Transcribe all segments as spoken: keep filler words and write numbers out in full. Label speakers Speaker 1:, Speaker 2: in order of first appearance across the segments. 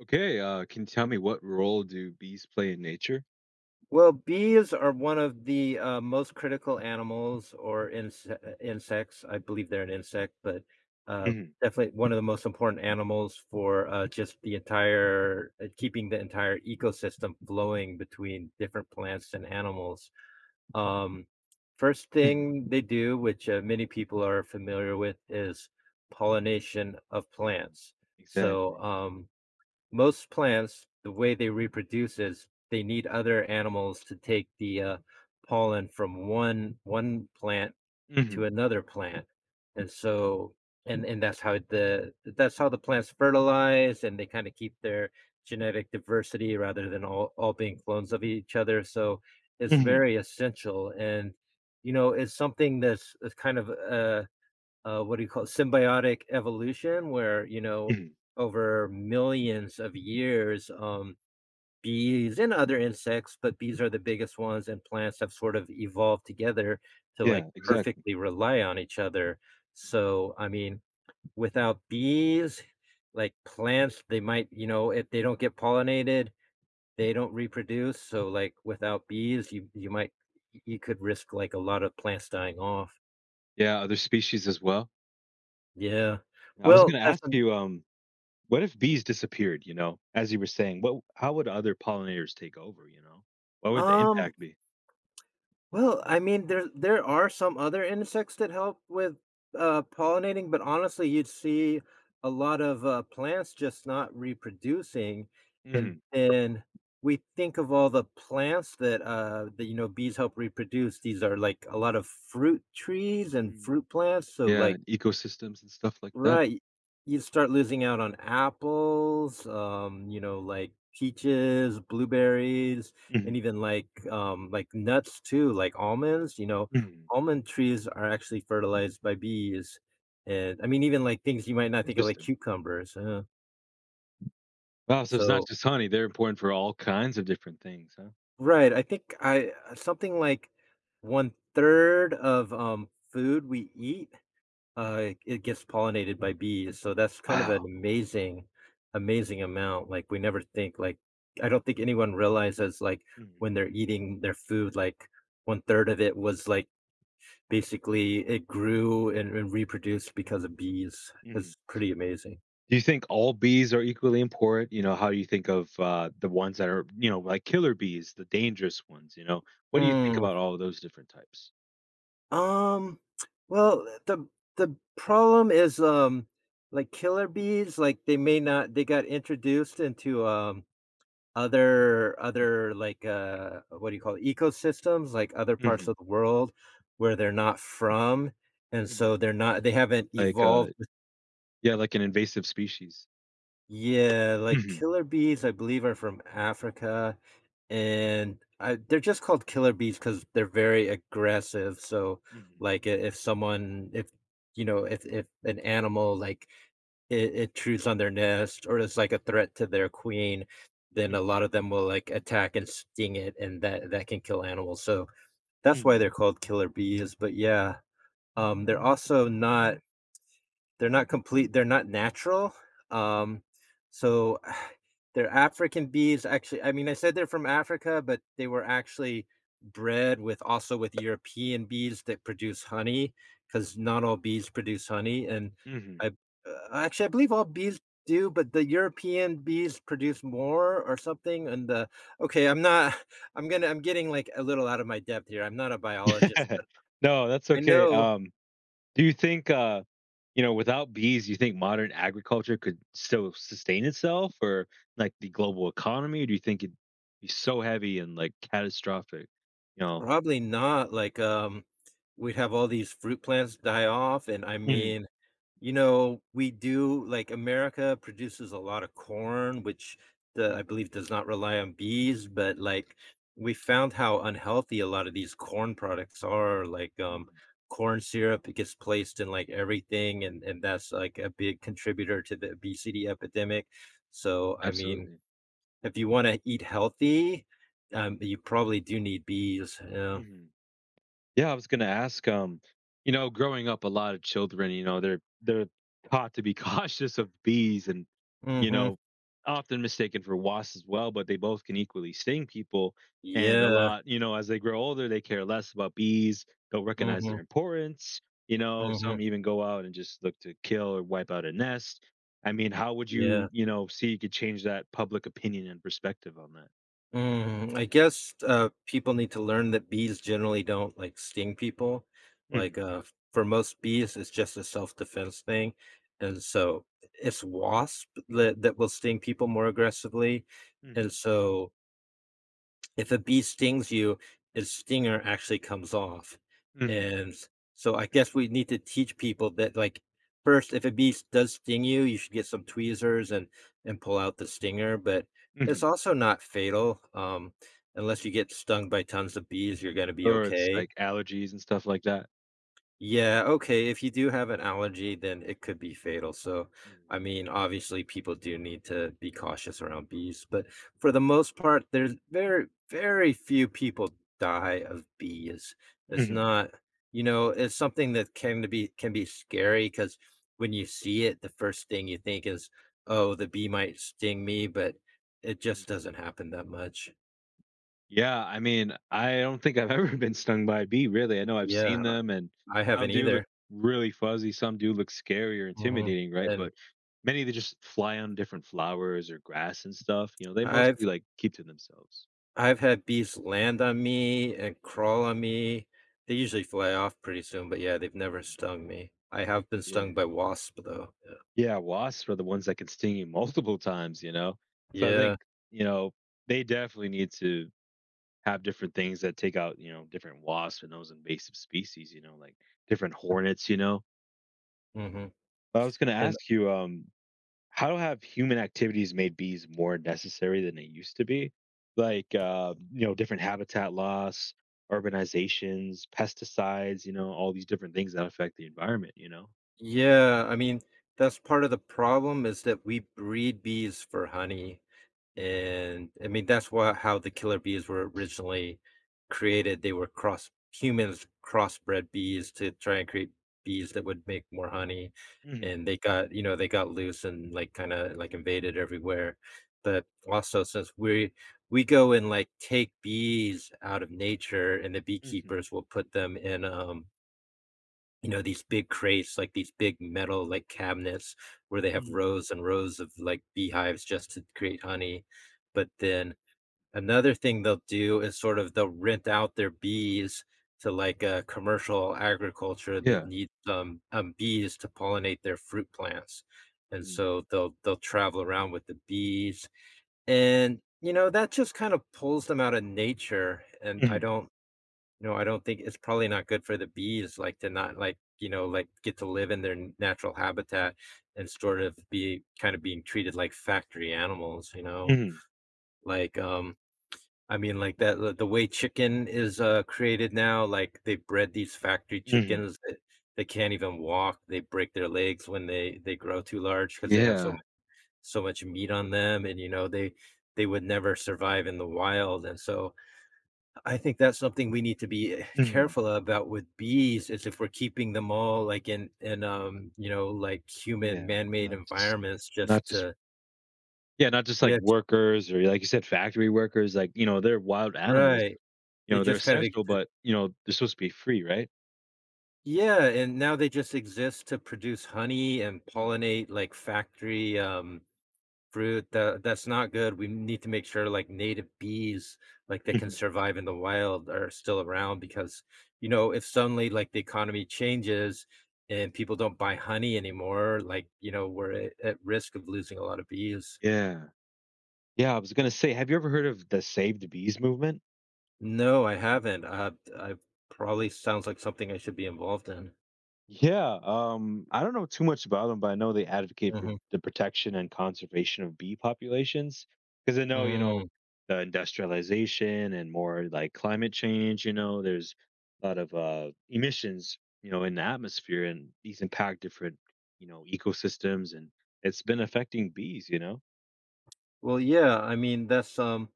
Speaker 1: Okay, uh, can you tell me what role do bees play in nature?
Speaker 2: Well, bees are one of the uh, most critical animals or inse- uh, insects. I believe they're an insect, but uh,
Speaker 1: hmm
Speaker 2: definitely one of the most important animals for uh, just the entire uh, keeping the entire ecosystem flowing between different plants and animals. Um, First
Speaker 1: hmm
Speaker 2: thing they do, which uh, many people are familiar with, is pollination of
Speaker 1: Yeah,
Speaker 2: plants. So,
Speaker 1: exactly.
Speaker 2: um, most plants, the way they reproduce is they need other animals to take the uh, pollen from one one plant to
Speaker 1: hmm
Speaker 2: another plant, and so and and that's how the that's how the plants fertilize, and they kind of keep their genetic diversity rather than all all being clones of each other. So it's
Speaker 1: hmm
Speaker 2: very essential, and you know it's something that's, that's kind of uh uh, what do you call it, symbiotic evolution, where you know
Speaker 1: hmm
Speaker 2: over millions of years, um, bees and other insects, but bees are the biggest ones, and plants have sort of evolved together to
Speaker 1: Yeah,
Speaker 2: like
Speaker 1: exactly.
Speaker 2: perfectly rely on each other. So, I mean, without bees, like plants, they might, you know, if they don't get pollinated, they don't reproduce. So, like without
Speaker 1: Mhm.
Speaker 2: bees, you you might you could risk like a lot of plants dying off.
Speaker 1: Yeah, other species as well.
Speaker 2: Yeah.
Speaker 1: I was
Speaker 2: Well,
Speaker 1: going to
Speaker 2: that's
Speaker 1: ask
Speaker 2: an,
Speaker 1: you, um, what if bees disappeared? You know, as you were saying, what? How would other pollinators take over? You know, what would the
Speaker 2: um
Speaker 1: impact be?
Speaker 2: Well, I mean, there there are some other insects that help with uh, pollinating, but honestly, you'd see a lot of uh, plants just not reproducing, and
Speaker 1: hmm
Speaker 2: then we think of all the plants that uh, that you know bees help reproduce. These are like a lot of fruit trees and
Speaker 1: hmm
Speaker 2: fruit plants, so
Speaker 1: Yeah,
Speaker 2: like
Speaker 1: and ecosystems and stuff like that.
Speaker 2: Right. You'd start losing out on apples, um, you know, like peaches, blueberries, and
Speaker 1: hmm
Speaker 2: even like um like nuts too, like almonds, you know.
Speaker 1: hmm
Speaker 2: Almond trees are actually fertilized by bees. And I mean even like things you might not think of like
Speaker 1: Interesting.
Speaker 2: cucumbers. Uh,
Speaker 1: Wow, so it's not
Speaker 2: so
Speaker 1: just honey; they're important for all kinds of different things, huh?
Speaker 2: right, I think I something like one third of um food we eat Uh, it it gets pollinated by bees, so
Speaker 1: Mm.
Speaker 2: that's kind of
Speaker 1: Wow.
Speaker 2: an amazing amazing amount, like, we never think, like I don't think anyone realizes, like, when
Speaker 1: hmm
Speaker 2: they're eating their food, like, one third of it was, like, basically it grew and and reproduced because of bees.
Speaker 1: hmm
Speaker 2: It's pretty amazing.
Speaker 1: Do you think all bees are equally important? You know, how do you think of uh, the ones that are, you know, like killer bees, the dangerous ones, you know? What do you think
Speaker 2: Mm.
Speaker 1: about all of those different types?
Speaker 2: Um, well, the the problem is, um, like, killer bees, like, they may not they got introduced into, um Other other, like, uh, what do you call it, ecosystems, like other parts
Speaker 1: Mhm,
Speaker 2: of the world where they're not from, and
Speaker 1: mhm.
Speaker 2: so they're not they haven't
Speaker 1: Like, uh,
Speaker 2: evolved with
Speaker 1: yeah, like an invasive species.
Speaker 2: Yeah, like
Speaker 1: Mhm,
Speaker 2: killer bees, I believe, are from Africa, and I they're just called killer bees because 'cause they're very aggressive, so,
Speaker 1: mhm,
Speaker 2: like, I if someone if, you know, if if an animal, like, it, it intrudes on their nest or is like a threat to their queen, then a
Speaker 1: mhm,
Speaker 2: lot of them will like attack and sting it, and that that can kill animals. So that's why
Speaker 1: mhm,
Speaker 2: they're called killer bees. But yeah, um, they're also not they're not complete, they're not natural.
Speaker 1: mhm,
Speaker 2: Um, so they're African bees actually. I mean, I said they're from Africa, but they were actually bred with also with European bees that produce honey, because not all bees produce honey, and
Speaker 1: mhm.
Speaker 2: I uh, actually, I believe all bees do, but the European bees produce more or something, and the okay, I'm not I'm gonna I'm getting, like, a little out of my depth here, I'm not a biologist, but
Speaker 1: No, that's
Speaker 2: I
Speaker 1: okay.
Speaker 2: know
Speaker 1: Um, do you think, uh, you know, without bees, you think modern agriculture could still sustain itself or like the global economy? Or do you think it'd be so heavy and like catastrophic, you know?
Speaker 2: Probably not, like, um, we'd have all these fruit plants die off, and I mean, you know, we do like, America produces a lot of corn, which the I
Speaker 1: Mhm,
Speaker 2: believe does not rely on bees, but, like, we found how unhealthy a lot of these corn products are, like, um,
Speaker 1: mhm,
Speaker 2: corn syrup, it gets placed in, like, everything, and and that's, like, a big contributor to the obesity epidemic,
Speaker 1: mm.
Speaker 2: so, I mean,
Speaker 1: Absolutely.
Speaker 2: if you wanna eat healthy, um, you probably do need bees, yeah.
Speaker 1: Mhm. Yeah, I was gonna ask, um, you know, growing up, a lot of children, you know, they're they're taught to be cautious of bees and, you
Speaker 2: Mhm.
Speaker 1: know, often mistaken for wasps as well, but they both can equally sting people. And a
Speaker 2: Yeah.
Speaker 1: lot, you know, as they grow older, they care less about bees, don't recognize
Speaker 2: Mhm.
Speaker 1: their importance. You know,
Speaker 2: Mhm.
Speaker 1: some even go out and just look to kill or wipe out a nest. I mean, how would
Speaker 2: Yeah.
Speaker 1: you, you know, see you could change that public opinion and perspective on that?
Speaker 2: Mm, I guess, uh, people need to learn that bees generally don't, like, sting people. Like,
Speaker 1: Mhm,
Speaker 2: uh, for most bees, it's just a self-defense thing, and so it's wasp that that will sting people more aggressively, and
Speaker 1: mhm,
Speaker 2: so if a bee stings you, its stinger actually comes off.
Speaker 1: mhm.
Speaker 2: And so I guess we need to teach people that like first, if a bee does sting you, you should get some tweezers and and pull out the stinger, but it's
Speaker 1: Mhm,
Speaker 2: also not fatal. Um, unless you get stung by tons of bees, you're
Speaker 1: mm,
Speaker 2: going to be
Speaker 1: or it's,
Speaker 2: okay.
Speaker 1: like, allergies and stuff like that?
Speaker 2: Yeah, okay, if you do have an allergy, then it could be fatal. So, I
Speaker 1: Mhm.
Speaker 2: mean, obviously people do need to be cautious around bees, but for the most part, there's very, very few people die of bees. It's
Speaker 1: Mhm,
Speaker 2: not, you know, it's something that can to be can be scary because when you see it, the first thing you think is, "Oh, the bee might sting me," but it
Speaker 1: mm.
Speaker 2: just doesn't happen that much.
Speaker 1: Yeah, I mean, I don't think I've ever been stung by a bee, really, I know I've seen
Speaker 2: Yeah,
Speaker 1: them, and
Speaker 2: I I
Speaker 1: some
Speaker 2: haven't
Speaker 1: do look
Speaker 2: either.
Speaker 1: really fuzzy, some do look scary or
Speaker 2: Mhm,
Speaker 1: intimidating, right?
Speaker 2: and
Speaker 1: But many, they just fly on different flowers or grass and stuff, you know, they
Speaker 2: I've
Speaker 1: mostly, like, keep to themselves.
Speaker 2: I've had bees land on me and crawl on me. They usually fly off pretty soon, but yeah, they've never
Speaker 1: Mhm.
Speaker 2: stung me. I have been stung
Speaker 1: Yeah.
Speaker 2: by wasp though. Yeah.
Speaker 1: Yeah, wasps are the ones that can sting you multiple times, you know? So I
Speaker 2: Yeah.
Speaker 1: think, you know, they definitely need to have different things that take out, you know, different wasps and those invasive species, you know, like different hornets, you know.
Speaker 2: Mhm.
Speaker 1: But I was gonna
Speaker 2: And
Speaker 1: ask you, um, how have human activities made bees more necessary than they used to be? Like, uh, you know, different habitat loss, urbanizations, pesticides, you know, all these different things that affect the environment, you know?
Speaker 2: yeah, I mean, that's part of the problem is that we breed bees for honey.
Speaker 1: Mhm,
Speaker 2: And I mean, that's why how the killer bees were originally created. They were cross humans crossbred bees to try and create bees that would make more honey.
Speaker 1: mhm,
Speaker 2: And they got, you know, they got loose and like kind of like invaded everywhere. But also since we we go and like take bees out of nature and the
Speaker 1: mhm,
Speaker 2: beekeepers will put them in um you know, these big crates, like these big metal like cabinets where they have
Speaker 1: mhm.
Speaker 2: rows and rows of like beehives just to create honey. But then another thing they'll do is sort of they'll rent out their bees to like a commercial agriculture that
Speaker 1: Yeah.
Speaker 2: needs um, um bees to pollinate their fruit plants. And
Speaker 1: Mhm,
Speaker 2: so they'll they'll travel around with the bees. And you know, that just kind of pulls them out of nature. And I
Speaker 1: mhm,
Speaker 2: don't no, I don't think it's probably not good for the bees, like, to not, like, you know, like, get to live in their n natural habitat and sort of be kinda being treated like factory animals, you know?
Speaker 1: mhm,
Speaker 2: Like, um, I mean, like, that the the way chicken is, uh, created now, like, they bred these factory
Speaker 1: mhm.
Speaker 2: chickens that they can't even walk, they break their legs when they they grow too large because they have so mu
Speaker 1: Yeah.
Speaker 2: so much meat on them, and, you know, they they would never survive in the wild, and so I think that's something we need to be eh,
Speaker 1: Mhm.
Speaker 2: careful about with bees is if we're keeping them all like in in um, you know, like human
Speaker 1: Yeah.
Speaker 2: man-made
Speaker 1: Not just
Speaker 2: environments
Speaker 1: not
Speaker 2: just
Speaker 1: just
Speaker 2: to
Speaker 1: Yeah, not just like
Speaker 2: yeah,
Speaker 1: workers or like you said, factory workers, like, you know, they're wild animals.
Speaker 2: right.
Speaker 1: You
Speaker 2: They
Speaker 1: know, they're
Speaker 2: just kind of
Speaker 1: essential,
Speaker 2: ex
Speaker 1: but, you know, they're supposed to be free, right?
Speaker 2: yeah, and now they just exist to produce honey and
Speaker 1: Mhm,
Speaker 2: pollinate like factory um fruit that that's not good. We need to make sure like native bees, like they can
Speaker 1: mhm.
Speaker 2: survive in the wild, are still around because you know if suddenly like the economy changes and people don't buy honey anymore, like you know we're at, at risk of losing a lot of bees.
Speaker 1: Yeah. Yeah, I was gonna say, have you ever heard of the Save the Bees movement?
Speaker 2: No, I haven't. Uh, I probably sounds like something I should be involved in.
Speaker 1: Yeah, um, I don't know too much about them, but I know they advocate for
Speaker 2: Hmm.
Speaker 1: the protection and conservation of bee populations because I know, you know,
Speaker 2: Mm.
Speaker 1: the industrialization and more like climate change, you know, there's a lot of uh, emissions, you know, in the atmosphere and these impact different, you know, ecosystems and it's been affecting bees, you know?
Speaker 2: Well, yeah, I mean that's um,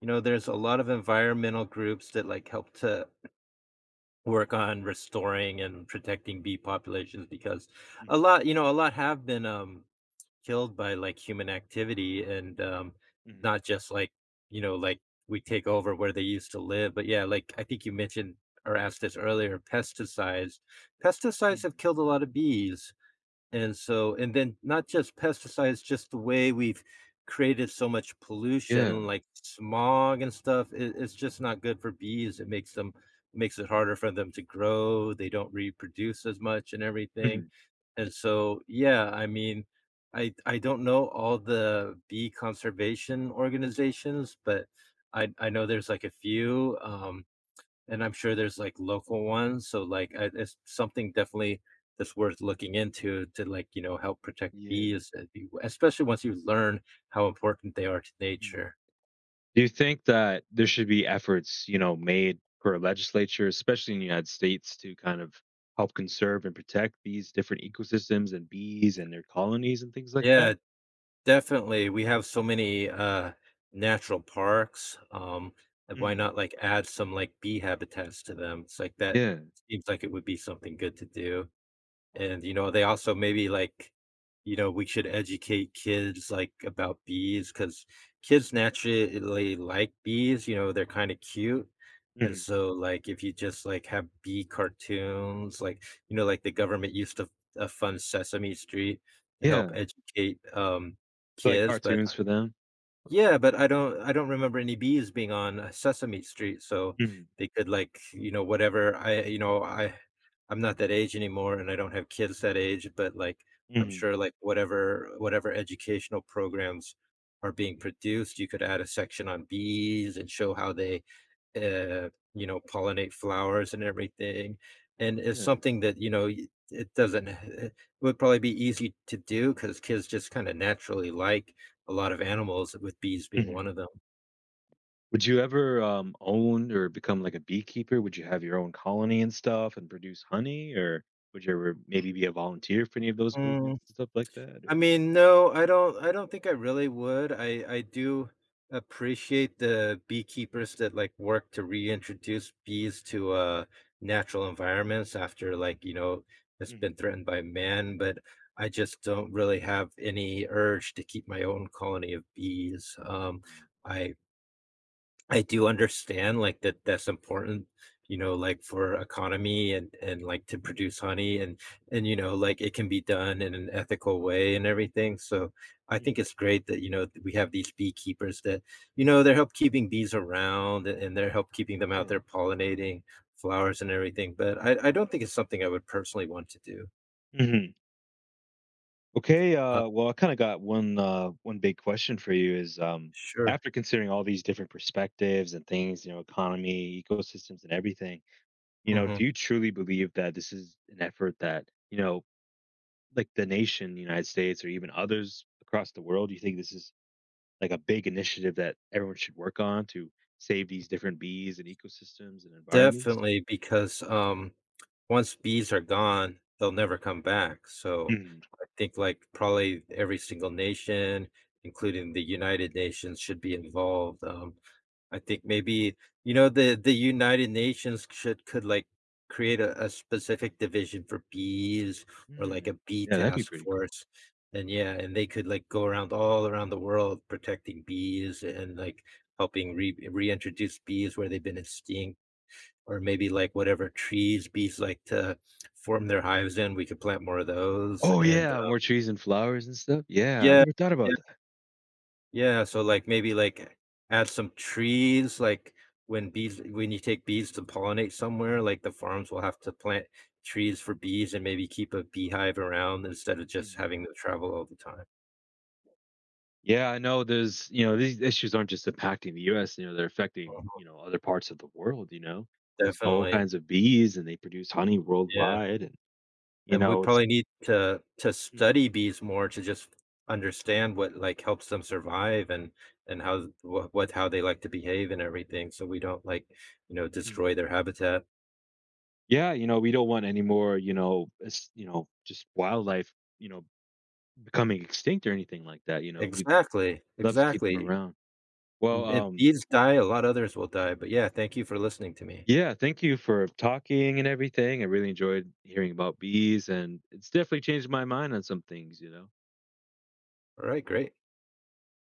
Speaker 2: you know, there's a lot of environmental groups that like help to work on restoring and protecting bee populations because a
Speaker 1: Mhm,
Speaker 2: lot you know a lot have been um killed by like human activity and um
Speaker 1: mhm,
Speaker 2: not just like you know like we take over where they used to live but yeah like I think you mentioned or asked this earlier pesticides pesticides have
Speaker 1: mhm.
Speaker 2: killed a lot of bees and so and then not just pesticides, just the way we've created so much pollution,
Speaker 1: Yeah.
Speaker 2: like smog and stuff, it, it's just not good for bees. It makes them Makes it harder for them to grow. They don't reproduce as much and everything.
Speaker 1: Mhm,
Speaker 2: And so, yeah, I mean, I I don't know all the bee conservation organizations, but I I know there's like a few. Um, and I'm sure there's, like, local ones, so, like, I it's something definitely that's worth looking into to, like, you know, help protect
Speaker 1: yeah.
Speaker 2: bees, uh, e especially once you learn how important they are to
Speaker 1: Mm-hmm.
Speaker 2: nature.
Speaker 1: Do you think that there should be efforts, you know, made for a legislature, especially in the United States, to kind of help conserve and protect these different ecosystems and bees and their colonies and things like that?
Speaker 2: Yeah, definitely. We have so many, uh, natural parks, um, and why
Speaker 1: Mhm.
Speaker 2: not, like, add some, like, bee habitats to them? It's like that
Speaker 1: Yeah.
Speaker 2: seems like it would be something good to do. And, you know, they also maybe like, you know, we should educate kids like about bees because kids naturally like bees, you know, they're kind of cute. And
Speaker 1: Mhm.
Speaker 2: so, like, if you just like have bee cartoons, like, you know, like the government used to uh, fund Sesame Street to help
Speaker 1: Yeah.
Speaker 2: educate um,
Speaker 1: So like
Speaker 2: kids, but
Speaker 1: cartoons for them.
Speaker 2: yeah, but I don't I don't remember any bees being on, uh, Sesame Street, so
Speaker 1: Mhm.
Speaker 2: they could, like, you know, whatever I you know, I I'm not that age anymore, and I don't have kids that age, but, like, I'm
Speaker 1: Mhm.
Speaker 2: sure, like, whatever whatever educational programs are being produced, you could add a section on bees and show
Speaker 1: Mm.
Speaker 2: how they, uh, you know, pollinate flowers and everything, and it's
Speaker 1: Yeah.
Speaker 2: something that, you know, y it doesn't it would probably be easy to do because kids just kinda naturally like a lot of animals, with bees being
Speaker 1: Mhm.
Speaker 2: one of them.
Speaker 1: Would you ever um, own or become like a beekeeper? Would you have your own colony and stuff and produce honey, or would you ever maybe be a volunteer for any of those
Speaker 2: Mm.
Speaker 1: movements and stuff like that?
Speaker 2: I
Speaker 1: Or
Speaker 2: mean, no, I don't I don't think I really would. I I do appreciate the beekeepers that, like, work to reintroduce bees to, uh, natural environments after, like, you know, it's been
Speaker 1: mhm.
Speaker 2: threatened by man, but I just don't really have any urge to keep my own colony of bees. Um,
Speaker 1: Mhm.
Speaker 2: I I do understand, like, that that's important, you know, like, for economy and and, like, to produce honey and and, you know, like, it can be done in an ethical way and everything, so I
Speaker 1: Mhm.
Speaker 2: think it's great that, you know, we have these beekeepers that, you know, they're help keeping bees around and and they're help keeping them out
Speaker 1: Yeah.
Speaker 2: there pollinating flowers and everything, but I I don't think it's something I would personally want to do.
Speaker 1: Mhm. Okay,
Speaker 2: Uh,
Speaker 1: uh, well, I kind of got one uh, one big question for you is um,
Speaker 2: sure.
Speaker 1: after considering all these different perspectives and things, you know, economy, ecosystems, and everything, you know, do
Speaker 2: Mhm.
Speaker 1: you truly believe that this is an effort that you know, like the nation, the United States, or even others across the world? Do you think this is like a big initiative that everyone should work on to save these different bees and ecosystems and environments?
Speaker 2: Definitely, because, um, once bees are gone, they'll never come back, so
Speaker 1: Mhm.
Speaker 2: I think, like, probably every single nation, including the United Nations, should be involved, um, I think maybe you know, the the United Nations should could, like, create a a specific division for bees or, like,
Speaker 1: Hmm.
Speaker 2: a bee
Speaker 1: Yeah, that'd be
Speaker 2: task
Speaker 1: pretty cool.
Speaker 2: force, and yeah, and they could, like, go around all around the world protecting bees and, like, helping re reintroduce bees where they've been extinct or maybe like whatever trees bees like to form their hives in, we could plant more of those
Speaker 1: Oh
Speaker 2: and,
Speaker 1: yeah,
Speaker 2: uh
Speaker 1: more trees and flowers and stuff. Yeah, I
Speaker 2: Yeah,
Speaker 1: never thought
Speaker 2: yeah,
Speaker 1: about that.
Speaker 2: yeah, so, like, maybe, like, add some trees, like, when bees when you take bees to pollinate somewhere, like, the farms will have to plant trees for bees and maybe keep a beehive around instead of just
Speaker 1: Mm-hmm.
Speaker 2: having them travel all the time.
Speaker 1: Yeah, I know there's, you know, these issues aren't just impacting the U S, you know, they're affecting,
Speaker 2: Mhm,
Speaker 1: you know, other parts of the world, you know. There's all
Speaker 2: definitely,
Speaker 1: kinds of bees and they produce honey
Speaker 2: yeah.
Speaker 1: worldwide and you
Speaker 2: And we
Speaker 1: know, it's
Speaker 2: probably need to to
Speaker 1: mhm,
Speaker 2: study bees more to just understand what, like, helps them survive and and how what what how they like to behave and everything, so we don't, like, you know,
Speaker 1: mhm.
Speaker 2: destroy their habitat.
Speaker 1: Yeah, you know, we don't want any more, you know, it's, you know, just wildlife, you know, becoming extinct or anything like that, you know. We'd
Speaker 2: Exactly,
Speaker 1: love to keep them
Speaker 2: exactly.
Speaker 1: around. Well,
Speaker 2: If
Speaker 1: um
Speaker 2: bees die, a lot others will die,
Speaker 1: mm,
Speaker 2: but yeah, thank you for listening to me.
Speaker 1: yeah, thank you for talking and everything. I really enjoyed hearing about bees and it's definitely changed my mind on some things, you know.
Speaker 2: Alright, great.